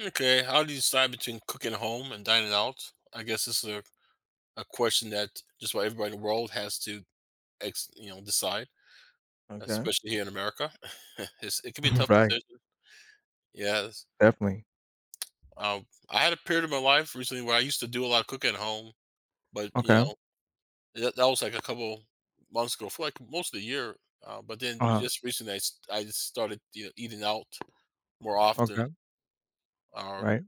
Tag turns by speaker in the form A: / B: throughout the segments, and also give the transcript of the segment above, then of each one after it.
A: Okay, how do you decide between cooking at home and dining out? I guess this is a question that just about everybody in the world has to, decide,
B: Okay.
A: especially here in America. It can be a tough
B: Right,
A: decision. Yes.
B: definitely.
A: I had a period of my life recently where I used to do a lot of cooking at home, but you
B: Okay.
A: know, that, that was like a couple months ago, for like most of the year. But then
B: Uh-huh.
A: just recently, I just started eating out more often,
B: Okay.
A: or
B: Right.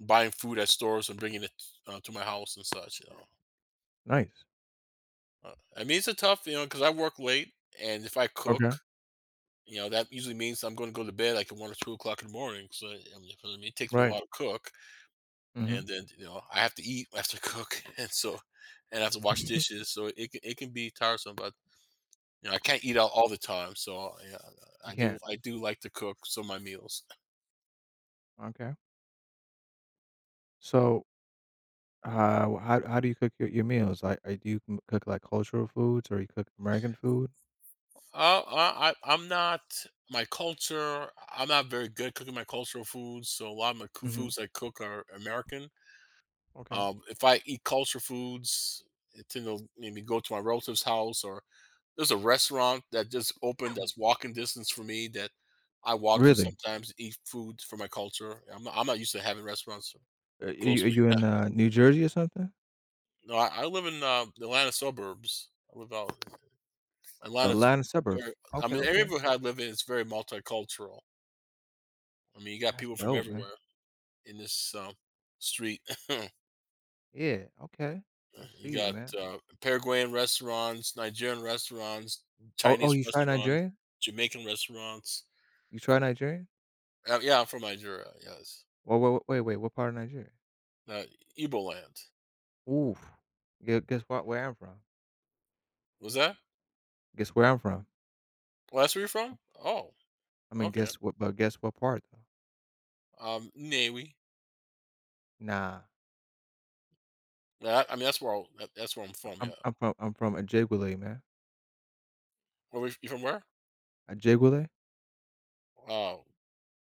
A: buying food at stores and bringing it to my house and such. You know.
B: Nice.
A: I mean, it's a tough, because I work late, and if I
B: Okay.
A: cook, you know, that usually means I'm going to go to bed like at 1 or 2 o'clock in the morning. So, for me, it takes me a
B: Right.
A: while to cook,
B: Mhm.
A: and then I have to eat after I cook, and so, and I have to wash dishes. So it can be tiresome, but you know, I can't eat out all the time. So yeah,
B: You can't.
A: I do like to cook some of my meals.
B: Okay. So, wh how do you cook your meals? Like, do you m cook, like, cultural foods or you cook American food?
A: I'm not my culture. I'm not very good cooking my cultural foods. So a lot of my
B: Mhm.
A: foods I cook are American.
B: Okay.
A: If I eat culture foods, I tend to maybe go to my relative's house, or there's a restaurant that just opened that's walking distance for me that I walk to
B: Really?
A: sometimes to eat food for my culture. I'm not used to having restaurants
B: Are you
A: close
B: are
A: to me.
B: you in, New Jersey or something?
A: no, I live in the Atlanta suburbs. I live out Atlanta's.
B: Atlanta suburbs.
A: Very, I
B: Okay,
A: mean, every
B: okay.
A: neighborhood I live in is very multicultural. I mean, you got
B: That's
A: people from
B: dope, man.
A: everywhere in this street.
B: Yeah, okay. I
A: You
B: see you,
A: got,
B: man.
A: Paraguayan restaurants, Nigerian restaurants,
B: Oh,
A: Chinese
B: you try
A: restaurants,
B: Nigerian?
A: Jamaican restaurants.
B: You try Nigerian?
A: Yeah, I'm from Nigeria, yes.
B: Well, wait, wait, wait, what part of Nigeria?
A: Uh, Igbo land.
B: Ooh, guess what where I'm from.
A: Was that?
B: Guess where I'm from.
A: Well, that's where you're from? Oh,
B: I mean,
A: okay.
B: guess what part though?
A: Nnewi.
B: Nah,
A: Yeah, I mean, that that's where I'm from,
B: I'm
A: yeah.
B: I'm from I'm from Ajigwale, man.
A: Where were you from where?
B: Ajigwale?
A: Oh,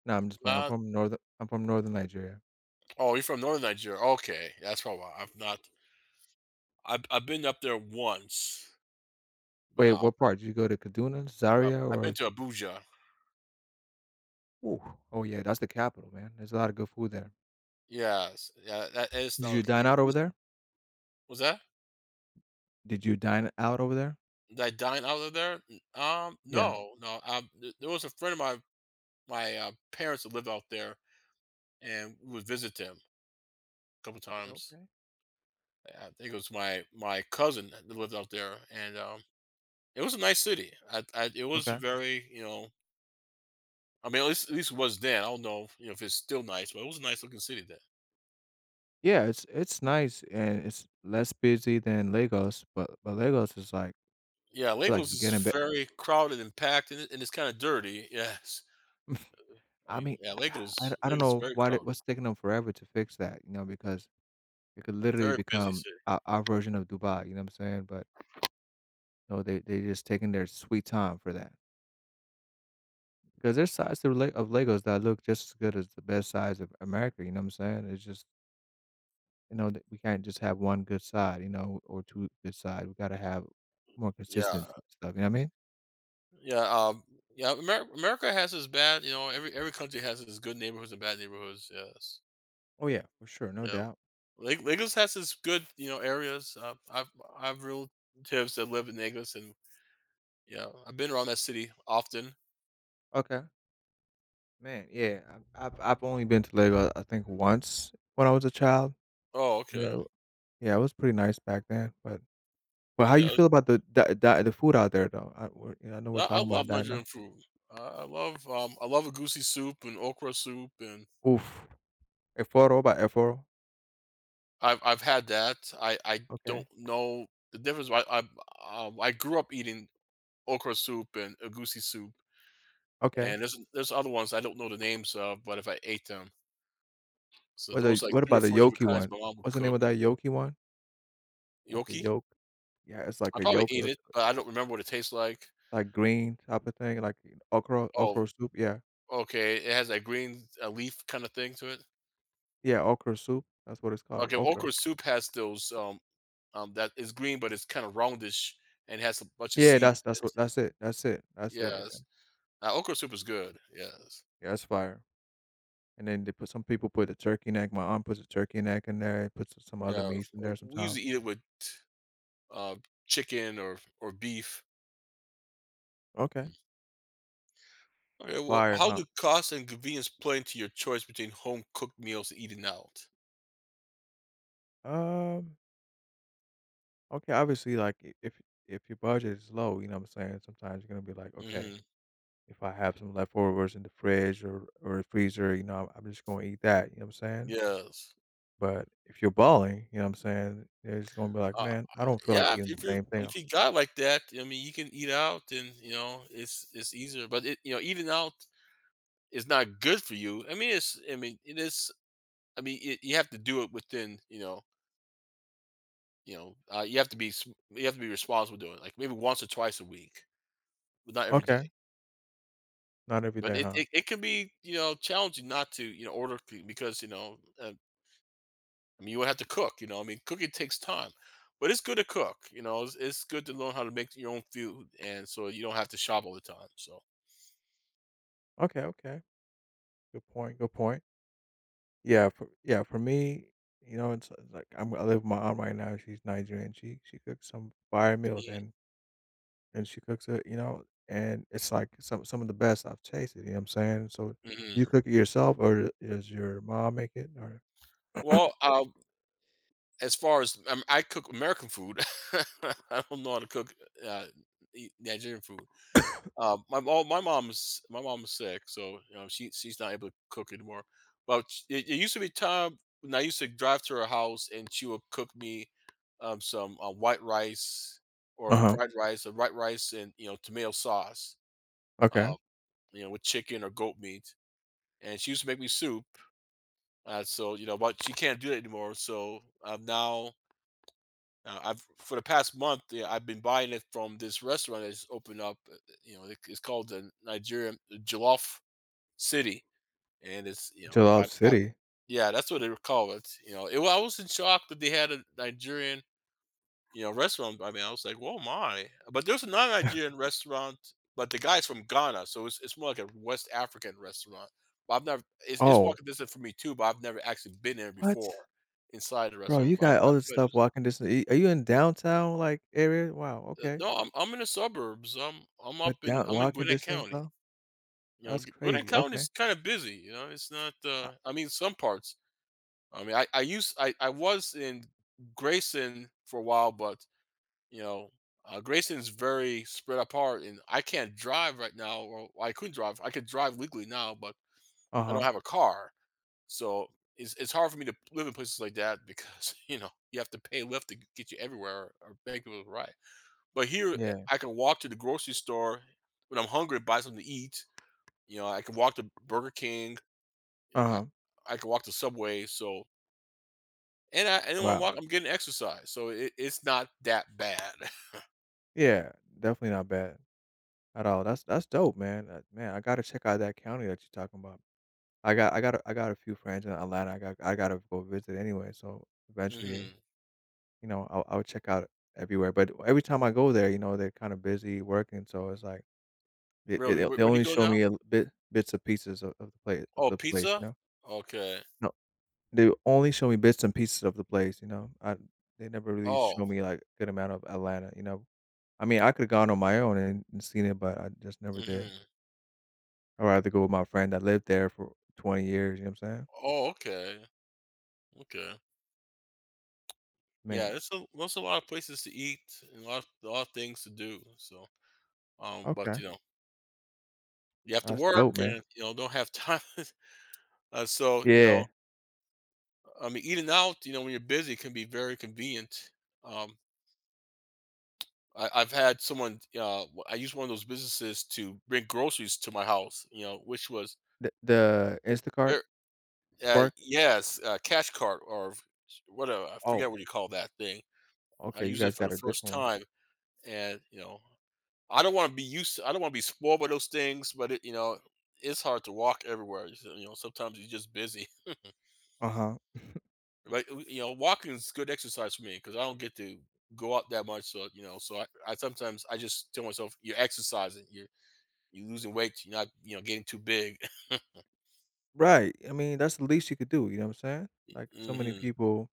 B: No, I'm just playing. I'm
A: not
B: from northern Nigeria.
A: oh, you're from northern Nigeria, okay, that's probably why I've not I've been up there once, but
B: Wait,
A: not
B: what
A: often.
B: part? Did you go to Kaduna, Zaria,
A: I've been
B: or
A: to Abuja.
B: ooh, oh yeah, that's the capital, man. There's a lot of good food there.
A: Yes, yeah, that is
B: Did
A: not
B: you
A: okay.
B: dine
A: You
B: out
A: you
B: over
A: s
B: there?
A: that?
B: Did you dine out over there?
A: That dine out of there? N
B: Yeah.
A: no, no, th there was a friend of my, parents that lived out there, and we would visit them a couple
B: Okay,
A: times.
B: okay.
A: I think it was my cousin that lived out there, and, it was a nice city. I it was
B: Okay.
A: very, you know, I mean, at least it was then. I don't know, you know, if it's still nice, but it was a nice looking city then.
B: Yeah, it's nice and it's less busy than Lagos, but Lagos is like I
A: Yeah,
B: feel like
A: Lagos
B: it's
A: is
B: getting better.
A: very crowded and packed, and it's kinda dirty. Yes. I
B: I
A: mean,
B: mean,
A: yeah, Lagos
B: I don't
A: Lagos is
B: know
A: very
B: why it
A: crowded,
B: was taking them forever to fix that, you know, because it could literally
A: very busy
B: become
A: city.
B: our version of Dubai, you know what I'm saying? But no, they just taking their sweet time for that because there's sides of Le of Legos that look just as good as the best sides of America, you know what I'm saying? It's just, you know, that we can't just have one good side, you know, or 2 good side. We gotta have more
A: Yeah.
B: consistency and stuff, you know what I mean?
A: Yeah, yeah. America, America has its bad. You know, every country has its good neighborhoods and bad neighborhoods. Yes.
B: Oh, yeah, for sure, no
A: You know,
B: doubt.
A: Lagos has its good. You know, areas. I've relatives that live in Lagos, and yeah, I've been around that city often.
B: Okay. Man, yeah, I've only been to Lego, I think, once when I was a child.
A: Oh, okay.
B: Yeah. Yeah, it was pretty nice back then, but how you
A: Yeah,
B: feel about the food out there though? I we're you know, I know we're
A: I
B: talking about
A: love
B: Dina
A: Nigerian food. I love a goosey soup and okra soup, and
B: oof. Enforo by Enforo?
A: I've had that. I
B: Okay,
A: don't know the difference. I grew up eating okra soup and a goosey soup.
B: okay.
A: And there's other ones I don't know the names of, but if I ate them. So there was like
B: What
A: 3 or
B: about the
A: 4 different
B: Yoki
A: kinds
B: one?
A: my mom would
B: What's the name
A: cook.
B: of that Yoki one? Like the
A: Yoki.
B: yolk? Yeah, it's like
A: I
B: a
A: probably
B: yolk,
A: ate it, but I don't remember what it tastes like.
B: like green type of thing, like
A: Oh,
B: okra soup, yeah.
A: okay, it has that green, leaf kinda thing to it?
B: Yeah, okra soup, that's what it's called,
A: Okay,
B: okra.
A: okra soup has those, that is green, but it's kinda roundish and has a bunch of
B: Yeah,
A: seeds in
B: that's
A: it.
B: what that's it, that's it, that's it right
A: Yes.
B: there.
A: Okra soup is good, yes.
B: Yeah, that's fire. And then they put some people put the turkey neck, my aunt puts a turkey neck in there, puts some other
A: Yeah,
B: meats in there
A: we usually
B: sometimes.
A: eat it with, uh, chicken or beef.
B: Okay.
A: Okay, well,
B: Fire,
A: how
B: huh?
A: do cost and convenience play into your choice between home cooked meals and eating out?
B: Um, okay, obviously like if your budget is low, you know what I'm saying? Sometimes you're gonna be like, okay,
A: Hmm.
B: if I have some leftovers in the fridge or the freezer, you know, I'm just gonna eat that, you know what I'm saying?
A: Yes.
B: But if you're balling, you know what I'm saying, they're just gonna be like,
A: Uh,
B: man, I don't feel like
A: yeah,
B: eating
A: if
B: the
A: if you
B: same thing.
A: if you got like that, I mean, you can eat out, and you know, it's easier. But you know, eating out is not good for you. I mean, it's I mean, it is. You have to do it within you know, you know, you have to be you have to be responsible doing it, like maybe once or twice a week, but not every
B: Okay,
A: day.
B: not every
A: But
B: day,
A: it,
B: huh?
A: it, it can be you know challenging not to you know because I mean, you would have to cook, you know. I mean, cooking takes time, but it's good to cook. You know, it's good to learn how to make your own food, and so you don't have to shop all the time. So,
B: Okay, okay. Good point, good point. Yeah, for me, you know, it's like I live with my aunt right now, she's Nigerian. She cooks some fire meals
A: mhm,
B: and she cooks it, you know, and it's like some of the best I've tasted, you know what I'm saying? So, you
A: mhm.
B: cook it yourself or does your mom make it or
A: Well, as far as I cook American food, I don't know how to cook uh, Nigerian food. My mom's sick, so you know she's not able to cook anymore. But it used to be time when I used to drive to her house and she would cook me some white rice or
B: uh-huh,
A: fried rice or white rice and you know tomato sauce, uh,
B: okay.
A: you know with chicken or goat meat, and she used to make me soup. So you know, but she can't do that anymore. So now I've for the past month yeah, I've been buying it from this restaurant that's opened up. You know, it's called the Nigerian Jollof city, and it's you know
B: Jalal
A: I
B: City?
A: yeah, that's what they call it. You know, I was in shock that they had a Nigerian you know restaurant. I mean, I was like, "Whoa, my!" But there's a non-Nigerian restaurant, but the guy's from Ghana, so it's more like a West African restaurant. But I've never it's, it's
B: Oh,
A: walking distance for me too, but I've never actually been there
B: what?
A: before inside the
B: Bro,
A: restaurant.
B: you
A: But
B: got
A: I
B: all this
A: put
B: stuff walking distance. Y are you in downtown, like, area? Wow, okay.
A: no, I'm in the suburbs.
B: But down
A: I'm in
B: walking
A: Gwinnett
B: distance,
A: County.
B: though?
A: You know,
B: That's
A: Gwinnett
B: crazy,
A: County
B: okay.
A: is kind of busy. You know, it's not. I mean, some parts I was in Grayson for a while, but you know, Grayson's very spread apart, and I can't drive right now. Or well, I couldn't drive. I could drive legally now, but
B: Uh
A: I don't
B: huh
A: have a car, so it's hard for me to live in places like that because you know you have to pay Lyft to get you everywhere or beg people to ride. But here,
B: yeah,
A: I can walk to the grocery store when I'm hungry, buy something to eat. You know, I can walk to Burger King. I
B: uh-huh,
A: I can walk to Subway. So and I and when I
B: wow.
A: walk, I'm getting exercise, so it's not that bad.
B: Yeah, definitely not bad at all. That's dope, man, I gotta check out that county that you're talking about. I got a few friends in Atlanta. I gotta go visit anyway, so eventually,
A: Hmm.
B: you know, I'll check out everywhere, but every time I go there, you know, they're kinda busy working, so it's like they they
A: Really,
B: they
A: where do you
B: only
A: go
B: show me
A: now?
B: a l bit bits and pieces of
A: Oh,
B: the place,
A: pizza.
B: you know?
A: Okay.
B: No, they only show me bits and pieces of the place, you know? I they never really show
A: Oh.
B: me, like, good amount of Atlanta, you know? I mean, I could've gone on my own and seen it, but I just never did.
A: Hmm.
B: I'd rather go with my friend that lived there for 20 years, you know what I'm saying?
A: Oh, okay. Okay. Yeah,
B: Man,
A: there's a lot of places to eat and a lot of things to do. So, but
B: okay.
A: you know, you have to
B: That's
A: work
B: dope, man.
A: and you know don't have time. So you know,
B: Yeah.
A: I mean, eating out, you know, when you're busy, can be very convenient. Um, I've had someone. I used one of those businesses to bring groceries to my house. You know, which was
B: The Instacart?
A: ver-
B: Spark?
A: yes, cash cart or whatever. I forget
B: Oh,
A: what you call that thing. I
B: okay, you
A: used it
B: guys
A: for the
B: got a
A: first
B: different one.
A: time, and you know, I don't want to be used. I don't want to be spoiled by those things, but you know, it's hard to walk everywhere. You know, sometimes you're just busy.
B: Uh-huh.
A: But you know, walking is good exercise for me because I don't get to go out that much. So you know, so I sometimes I just tell myself, you're exercising. You losing weight, you're not, you know, getting too big.
B: Right. I mean, that's the least you could do, you know what I'm saying? Like, so many
A: Mhm,
B: people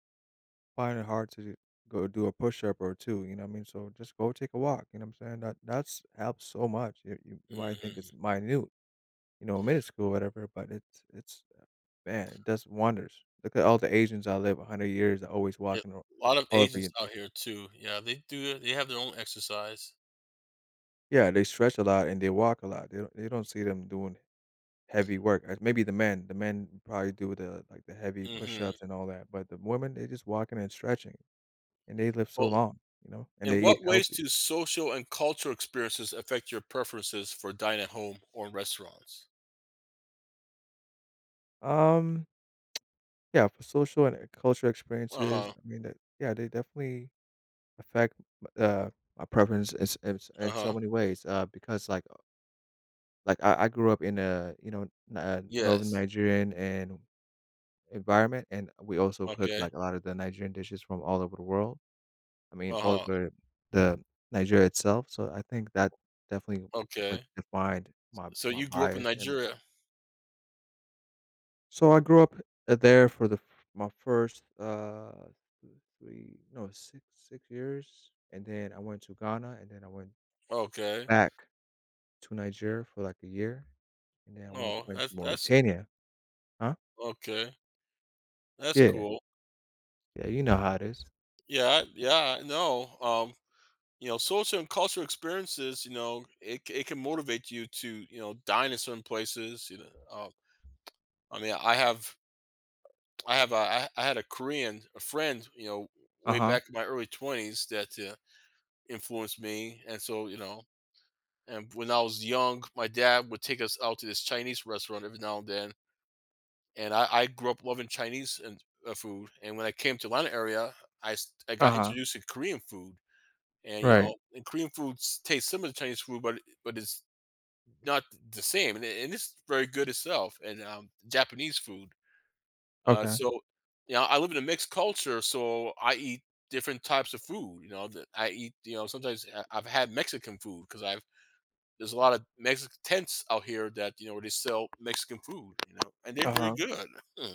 B: find it hard to go do a push-up or 2, you know what I mean? So, just go take a walk, you know what I'm saying? That's helps so much. You might think
A: mhm.
B: it's minute, you know, minuscule, whatever, but it's man, it does wonders. Look at all the Asians I live 100 years, they're always
A: A
B: walking ar
A: lot of
B: all over
A: agents
B: you.
A: out here too. Yeah, they have their own exercise.
B: Yeah, they stretch a lot and they walk a lot. They don't see them doing heavy work, maybe the men probably do the, like, the heavy
A: Mhm.
B: push-ups and all that, but the women, they just walking and stretching, and they live so
A: Well,
B: long, you know, and they
A: in
B: eat
A: what ways
B: healthy.
A: do social and cultural experiences affect your preferences for dining at home or in restaurants?
B: Um, yeah, for social and, cultural experiences,
A: Uh-huh,
B: I mean, that yeah, they definitely affect m my preference is in so
A: uh-huh.
B: many ways, because, like, I grew up in a, you know, N Northern
A: Yes.
B: Nigerian and environment, and we also cook,
A: Okay.
B: like, a lot of the Nigerian dishes from all over the world. I mean, all
A: Uh-huh.
B: over the Nigeria itself, so I think that definitely what
A: Okay.
B: defined my
A: So you grew up in
B: bias, and
A: Nigeria.
B: so I grew up, there for the f my first, uh, th- 3 no, 6 6 years, and then I went to Ghana, and then I went
A: Okay.
B: back to Nigeria for, like, a year, and then I
A: Oh,
B: went to
A: that's
B: Mauritania. Huh?
A: okay. That's
B: Yeah,
A: cool.
B: yeah, you know how it is.
A: Yeah, yeah, I know. Um, you know, social and cultural experiences, you know, it can motivate you to, you know, dine in certain places. You know, I mean, I had a Korean a friend, you know, way
B: Uh-huh,
A: back in my early 20s that influenced me, and so you know, and when I was young, my dad would take us out to this Chinese restaurant every now and then, and I grew up loving Chinese and food, and when I came to Atlanta area, I got
B: uh-huh.
A: introduced to Korean food, and you
B: Right,
A: know, and Korean foods taste similar to Chinese food, but it's not the same, and it's very good itself. And Japanese food.
B: okay.
A: So, you know, I live in a mixed culture, so I eat different types of food. You know, that I eat. You know, sometimes I've had Mexican food because I've there's a lot of Mexican tents out here that you know where they sell Mexican food. You know, and they're very
B: Uh-huh.
A: good. Hmm.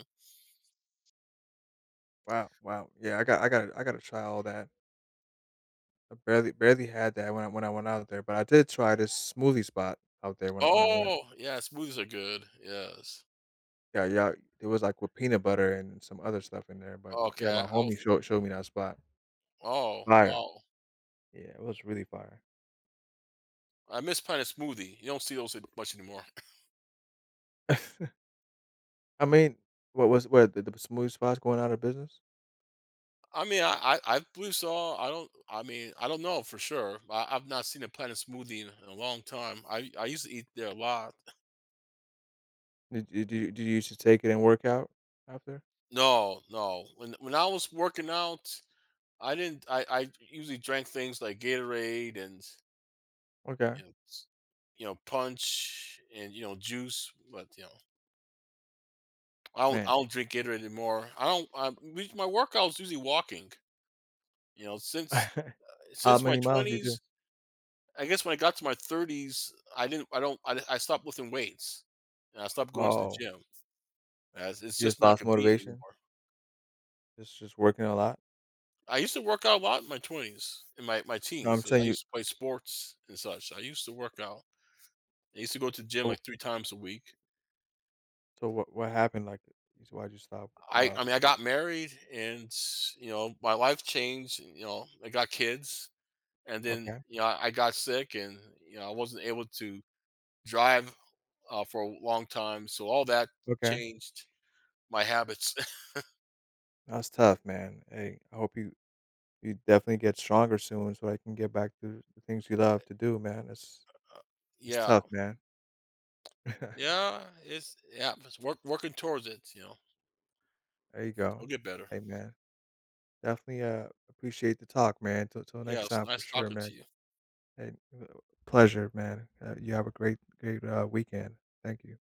B: Wow, wow. Yeah, I gotta try all that. I barely barely had that when I went out there, but I did try this smoothie spot out there when I went.
A: Oh, yeah, smoothies are good. Yes.
B: Yeah, yeah, it was like with peanut butter and some other stuff in there, but yeah, my
A: Okay. I'll,
B: homie showed me that spot.
A: oh,
B: Fire.
A: wow.
B: Yeah, it was really fire.
A: I miss playing a smoothie. You don't see those much anymore.
B: I mean, what was what the smoothie spot's going out of business?
A: I mean, I I believe so. I don't. I mean, I don't know for sure. I've not seen a planet smoothie in a long time. I used to eat there a lot.
B: Did you used to take it and work out after?
A: No, no. When I was working out, I didn't. I usually drank things like Gatorade and
B: Okay,
A: you know, you know, punch and you know, juice. But you know, I don't.
B: man.
A: I don't drink Gatorade anymore. I don't. My workouts usually walking. You know,
B: How
A: since my
B: many miles do you do?
A: twenties, I guess when I got to my 30s, I didn't I don't I stopped lifting weights, and I stopped going to the
B: Oh,
A: gym, as it's
B: you
A: just
B: just
A: not
B: lost
A: convenient
B: motivation.
A: anymore.
B: Just working a lot.
A: I used to work out a lot in my 20s, in my
B: No,
A: teens,
B: I'm
A: so I
B: saying you.
A: used to play sports and such. I used to work out. I used to go to the gym,
B: So
A: like, 3 times a week.
B: what happened? Like, why'd you stop?
A: I mean, I got married and, you know, my life changed, and, you know, I got kids, and then,
B: Okay,
A: you know, I got sick and, you know, I wasn't able to drive, for a long time, so all that
B: okay.
A: changed my habits.
B: That's tough, man. Hey, I hope you you definitely get stronger soon so I can get back to the things you love to do, man. It's
A: Yeah.
B: tough, man.
A: Yeah, it's work working towards it, you know.
B: There you
A: I will
B: go.
A: get better.
B: Hey, man. Definitely appreciate the talk, man. Till
A: Yeah,
B: next
A: it's
B: time for
A: nice
B: sure,
A: talking
B: man.
A: to you.
B: Hey, uh, pleasure, man. You have a great, great weekend. Thank you.